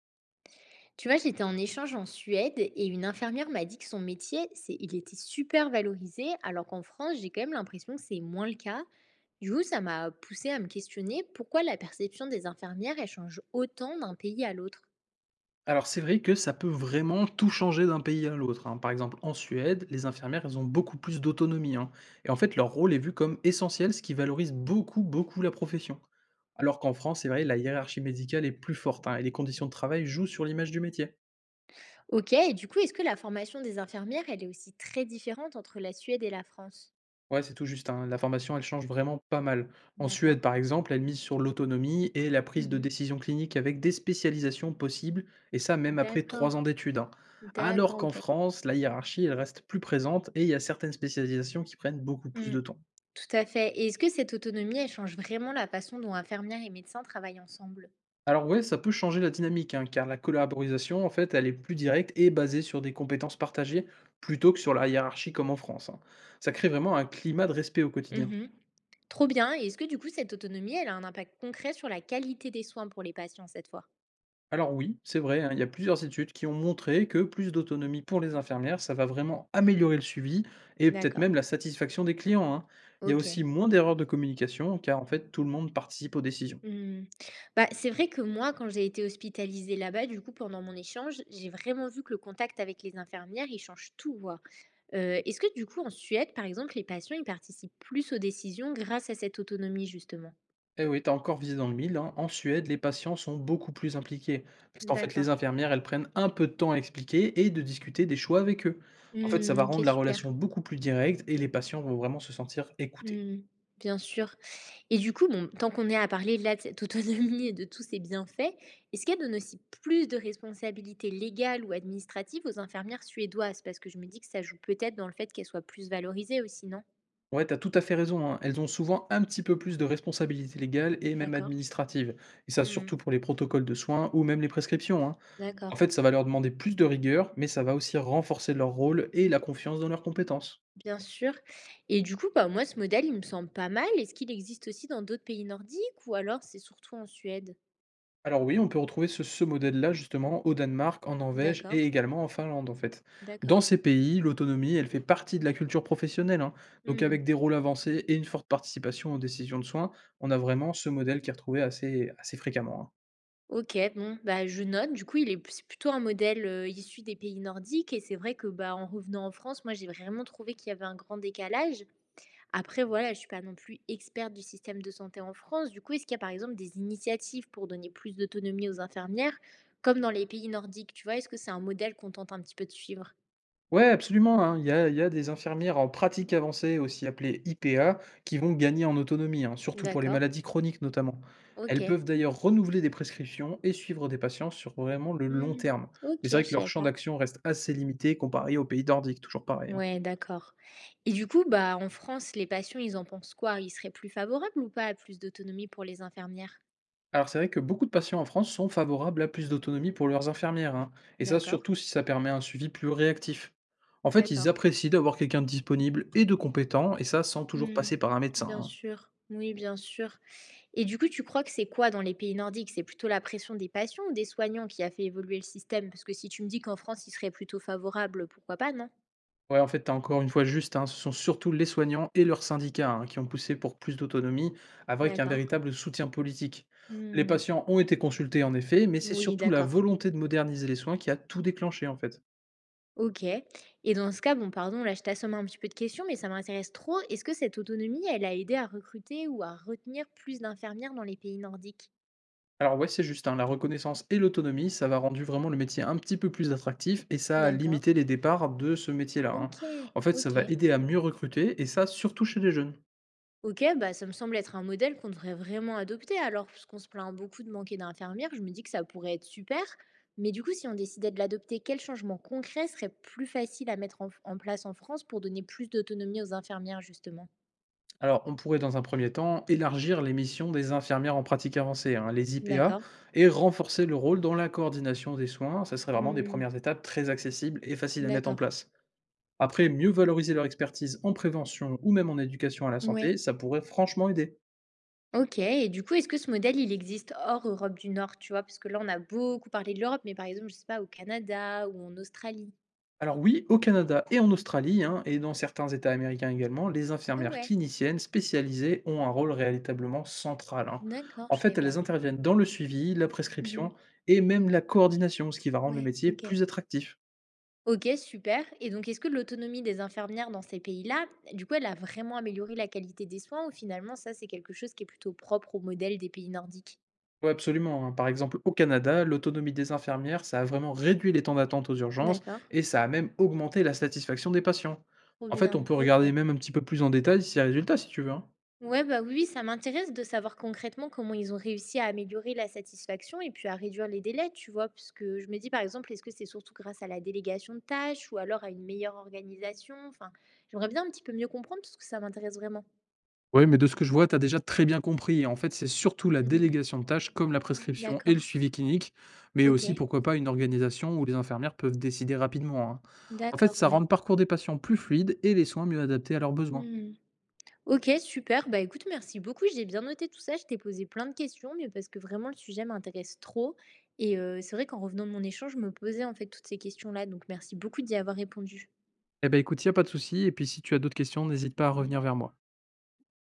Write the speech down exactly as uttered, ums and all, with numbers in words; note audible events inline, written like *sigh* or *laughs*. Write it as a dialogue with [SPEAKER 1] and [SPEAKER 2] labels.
[SPEAKER 1] Tu vois, j'étais en échange en Suède et une infirmière m'a dit que son métier, c'est, il était super valorisé, alors qu'en France, j'ai quand même l'impression que c'est moins le cas. Du coup, ça m'a poussé à me questionner pourquoi la perception des infirmières, elle change autant d'un pays à l'autre.
[SPEAKER 2] Alors c'est vrai que ça peut vraiment tout changer d'un pays à l'autre, hein. Par exemple, en Suède, les infirmières, elles ont beaucoup plus d'autonomie, hein. Et en fait, leur rôle est vu comme essentiel, ce qui valorise beaucoup, beaucoup la profession. Alors qu'en France, c'est vrai, la hiérarchie médicale est plus forte, hein, et les conditions de travail jouent sur l'image du métier.
[SPEAKER 1] Ok, et du coup, est-ce que la formation des infirmières, elle est aussi très différente entre la Suède et la France?
[SPEAKER 2] Ouais, c'est tout juste, hein. La formation, elle change vraiment pas mal. En Suède,
[SPEAKER 1] D'accord.
[SPEAKER 2] par exemple, elle mise sur l'autonomie et la prise de
[SPEAKER 1] Mhm.
[SPEAKER 2] décision clinique avec des spécialisations possibles, et ça même après trois ans
[SPEAKER 1] D'accord.
[SPEAKER 2] d'études, hein. Alors
[SPEAKER 1] D'accord,
[SPEAKER 2] qu'en
[SPEAKER 1] ok.
[SPEAKER 2] France, la hiérarchie, elle reste plus présente et il y a certaines spécialisations qui prennent beaucoup plus
[SPEAKER 1] Mm.
[SPEAKER 2] de temps.
[SPEAKER 1] Tout à fait. Et est-ce que cette autonomie, elle change vraiment la façon dont infirmières et médecins travaillent ensemble?
[SPEAKER 2] Alors ouais, ça peut changer la dynamique, hein, car la collaboration, en fait, elle est plus directe et basée sur des compétences partagées plutôt que sur la hiérarchie comme en France, hein. Ça crée vraiment un climat de respect au quotidien.
[SPEAKER 1] Mmh. Trop bien, et est-ce que du coup cette autonomie, elle a un impact concret sur la qualité des soins pour les patients cette fois?
[SPEAKER 2] Alors oui, c'est vrai, hein, il y a plusieurs études qui ont montré que plus d'autonomie pour les infirmières, ça va vraiment améliorer le suivi et peut-être
[SPEAKER 1] D'accord,
[SPEAKER 2] même la satisfaction des clients, hein. Il y a aussi
[SPEAKER 1] OK.
[SPEAKER 2] moins d'erreurs de communication car en fait tout le monde participe aux décisions.
[SPEAKER 1] Mmh. Bah, c'est vrai que moi, quand j'ai été hospitalisée là-bas, du coup, pendant mon échange, j'ai vraiment vu que le contact avec les infirmières, il change tout, quoi. Heu, est-ce que du coup, en Suède, par exemple, les patients, ils participent plus aux décisions grâce à cette autonomie, justement?
[SPEAKER 2] Eh oui, t'as encore visé dans le mille, hein, en Suède, les patients sont beaucoup plus impliqués parce qu'en fait les
[SPEAKER 1] D'accord.
[SPEAKER 2] infirmières, elles prennent un peu de temps à expliquer et de discuter des choix avec eux. En fait, ça va
[SPEAKER 1] Mmh,
[SPEAKER 2] rendre
[SPEAKER 1] OK,
[SPEAKER 2] la
[SPEAKER 1] super.
[SPEAKER 2] relation beaucoup plus directe et les patients vont vraiment se sentir écoutés.
[SPEAKER 1] Mmh. Bien sûr. Et du coup, bon, tant qu'on est à parler là de cette *laughs* autonomie et de tous ses bienfaits, est-ce qu'elle donne aussi plus de responsabilités légales ou administratives aux infirmières suédoises? Parce que je me dis que ça joue peut-être dans le fait qu'elles soient plus valorisées aussi, non?
[SPEAKER 2] Ouais, t'as tout à fait raison, hein. Elles ont souvent un petit peu plus de responsabilités légales et même
[SPEAKER 1] D'accord.
[SPEAKER 2] administratives. Et ça, surtout pour
[SPEAKER 1] Mmh.
[SPEAKER 2] les protocoles de soins ou même les prescriptions, hein. En
[SPEAKER 1] D'accord.
[SPEAKER 2] fait, ça va leur demander plus de rigueur, mais ça va aussi renforcer leur rôle et la confiance dans leurs compétences.
[SPEAKER 1] Bien sûr. Et du coup, bah, moi, ce modèle, il me semble pas mal. Est-ce qu'il existe aussi dans d'autres pays nordiques ou alors c'est surtout en Suède?
[SPEAKER 2] Alors oui, on peut retrouver ce, ce modèle-là justement au Danemark, en Norvège
[SPEAKER 1] D'accord,
[SPEAKER 2] et également en Finlande en fait. Dans
[SPEAKER 1] d'accord.
[SPEAKER 2] ces pays, l'autonomie, elle fait partie de la culture professionnelle, hein. Donc
[SPEAKER 1] Mmh.
[SPEAKER 2] avec des rôles avancés et une forte participation aux décisions de soins, on a vraiment ce modèle qui est retrouvé assez, assez fréquemment, hein.
[SPEAKER 1] OK, bon, bah, je note. Du coup, il est c'est plutôt un modèle, heu, issu des pays nordiques, et c'est vrai que, bah, en revenant en France, moi, j'ai vraiment trouvé qu'il y avait un grand décalage. Après, voilà, je suis pas non plus experte du système de santé en France. Du coup, est-ce qu'il y a, par exemple, des initiatives pour donner plus d'autonomie aux infirmières, comme dans les pays nordiques, tu vois? Est-ce que c'est un modèle qu'on tente un petit peu de suivre?
[SPEAKER 2] Ouais, absolument, hein. Il y a il y a des infirmières en pratique avancée, aussi appelées I P A, qui vont gagner en autonomie, hein, surtout pour les
[SPEAKER 1] D'accord.
[SPEAKER 2] maladies chroniques notamment. Elles
[SPEAKER 1] OK.
[SPEAKER 2] peuvent d'ailleurs renouveler des prescriptions et suivre des patients sur vraiment le long
[SPEAKER 1] Mmh.
[SPEAKER 2] terme. Mais
[SPEAKER 1] OK,
[SPEAKER 2] c'est
[SPEAKER 1] je
[SPEAKER 2] vrai que leur
[SPEAKER 1] savais
[SPEAKER 2] champ
[SPEAKER 1] pas.
[SPEAKER 2] d'action reste assez limité comparé aux pays nordiques, toujours pareil, hein.
[SPEAKER 1] Ouais, d'accord. Et du coup, bah, en France, les patients, ils en pensent quoi? Ils seraient plus favorables ou pas à plus d'autonomie pour les infirmières?
[SPEAKER 2] Alors c'est vrai que beaucoup de patients en France sont favorables à plus d'autonomie pour leurs infirmières, hein, et ça
[SPEAKER 1] D'accord,
[SPEAKER 2] surtout si ça permet un suivi plus réactif. En fait, ils
[SPEAKER 1] d'accord.
[SPEAKER 2] apprécient d'avoir quelqu'un de disponible et de compétent, et ça sans toujours
[SPEAKER 1] Mmh.
[SPEAKER 2] passer par un médecin,
[SPEAKER 1] Bien
[SPEAKER 2] hein.
[SPEAKER 1] sûr, oui, bien sûr. Et du coup, tu crois que c'est quoi dans les pays nordiques? C'est plutôt la pression des patients ou des soignants qui a fait évoluer le système? Parce que si tu me dis qu'en France, il serait plutôt favorable, pourquoi pas, non?
[SPEAKER 2] Ouais, en fait, t'as encore une fois juste, hein, ce sont surtout les soignants et leurs syndicats, hein, qui ont poussé pour plus d'autonomie, avec un
[SPEAKER 1] D'accord.
[SPEAKER 2] véritable soutien politique. Les
[SPEAKER 1] Mmh.
[SPEAKER 2] patients ont été consultés en effet, mais c'est
[SPEAKER 1] Oui,
[SPEAKER 2] surtout la
[SPEAKER 1] d'accord.
[SPEAKER 2] volonté de moderniser les soins qui a tout déclenché en fait.
[SPEAKER 1] Ok. Et dans ce cas, bon, pardon, là, je t'assomme un petit peu de questions, mais ça m'intéresse trop. Est-ce que cette autonomie, elle a aidé à recruter ou à retenir plus d'infirmières dans les pays nordiques?
[SPEAKER 2] Alors ouais, c'est juste, hein, la reconnaissance et l'autonomie, ça va rendu vraiment le métier un petit peu plus attractif et ça a
[SPEAKER 1] D'accord.
[SPEAKER 2] limité les départs de ce métier-là, hein.
[SPEAKER 1] Ok,
[SPEAKER 2] En fait, ça
[SPEAKER 1] ok.
[SPEAKER 2] va aider à mieux recruter et ça surtout chez les jeunes.
[SPEAKER 1] OK, bah, ça me semble être un modèle qu'on devrait vraiment adopter alors, puisqu'on se plaint beaucoup de manquer d'infirmières, je me dis que ça pourrait être super. Mais du coup, si on décidait de l'adopter, quel changement concret serait plus facile à mettre en, en place en France pour donner plus d'autonomie aux infirmières, justement?
[SPEAKER 2] Alors, on pourrait dans un premier temps élargir les missions des infirmières en pratique avancée, hein, les Mhm. I P A,
[SPEAKER 1] D'accord.
[SPEAKER 2] et renforcer le rôle dans la coordination des soins. Ça serait vraiment des
[SPEAKER 1] Hmm,
[SPEAKER 2] premières étapes très accessibles et faciles à mettre en
[SPEAKER 1] d'accord.
[SPEAKER 2] place. Après, mieux valoriser leur expertise en prévention ou même en éducation à la
[SPEAKER 1] Ouais.
[SPEAKER 2] santé, ça pourrait franchement aider.
[SPEAKER 1] Ok. Et du coup, est-ce que ce modèle, il existe hors Europe du Nord, tu vois? Parce que là, on a beaucoup parlé de l'Europe, mais par exemple, je sais pas, au Canada ou en Australie.
[SPEAKER 2] Alors oui, au Canada et en Australie, hein, et dans certains États américains également, les
[SPEAKER 1] Ah
[SPEAKER 2] infirmières
[SPEAKER 1] ouais.
[SPEAKER 2] cliniciennes spécialisées ont un rôle véritablement central, hein.
[SPEAKER 1] D'accord,
[SPEAKER 2] En
[SPEAKER 1] je savais
[SPEAKER 2] fait, elles
[SPEAKER 1] pas.
[SPEAKER 2] interviennent dans le suivi, la
[SPEAKER 1] Mhm.
[SPEAKER 2] prescription et même la coordination, ce qui va rendre le
[SPEAKER 1] Ouais,
[SPEAKER 2] métier
[SPEAKER 1] ok.
[SPEAKER 2] plus attractif.
[SPEAKER 1] OK, super. Et donc, est-ce que l'autonomie des infirmières dans ces pays-là, du coup, elle a vraiment amélioré la qualité des soins ou finalement, ça, c'est quelque chose qui est plutôt propre au modèle des pays nordiques?
[SPEAKER 2] Oui, absolument, hein. Par exemple, au Canada, l'autonomie des infirmières, ça a vraiment réduit les temps d'attente aux urgences
[SPEAKER 1] D'accord,
[SPEAKER 2] et ça a même augmenté la satisfaction des patients.
[SPEAKER 1] trop
[SPEAKER 2] En fait, on
[SPEAKER 1] bien,
[SPEAKER 2] peut regarder
[SPEAKER 1] OK.
[SPEAKER 2] même un petit peu plus en détail ces résultats si tu veux, hein.
[SPEAKER 1] Ouais, bah oui, oui, ça m'intéresse de savoir concrètement comment ils ont réussi à améliorer la satisfaction et puis à réduire les délais, tu vois, parce que je me dis, par exemple, est-ce que c'est surtout grâce à la délégation de tâches ou alors à une meilleure organisation? Enfin, j'aimerais bien un petit peu mieux comprendre parce que ça m'intéresse vraiment.
[SPEAKER 2] Oui, mais de ce que je vois, tu as déjà très bien compris. En fait, c'est surtout la
[SPEAKER 1] Mhm.
[SPEAKER 2] délégation de tâches comme la prescription et
[SPEAKER 1] D'accord,
[SPEAKER 2] le suivi clinique, mais
[SPEAKER 1] OK,
[SPEAKER 2] aussi, pourquoi pas, une organisation où les infirmières peuvent décider rapidement, hein. En fait,
[SPEAKER 1] d'accord,
[SPEAKER 2] ça rend
[SPEAKER 1] ouais.
[SPEAKER 2] le parcours des patients plus fluide et les soins mieux adaptés à leurs besoins.
[SPEAKER 1] Hmm. OK, super. Bah, écoute, merci beaucoup. J'ai bien noté tout ça. Je t'ai posé plein de questions, mais parce que vraiment le sujet m'intéresse trop. Et, heu, c'est vrai qu'en revenant de mon échange, je me posais en fait toutes ces questions-là. Donc merci beaucoup d'y avoir répondu.
[SPEAKER 2] Eh ben écoute, il n'y a pas de souci. Et puis, si tu as d'autres questions, n'hésite pas à revenir vers moi.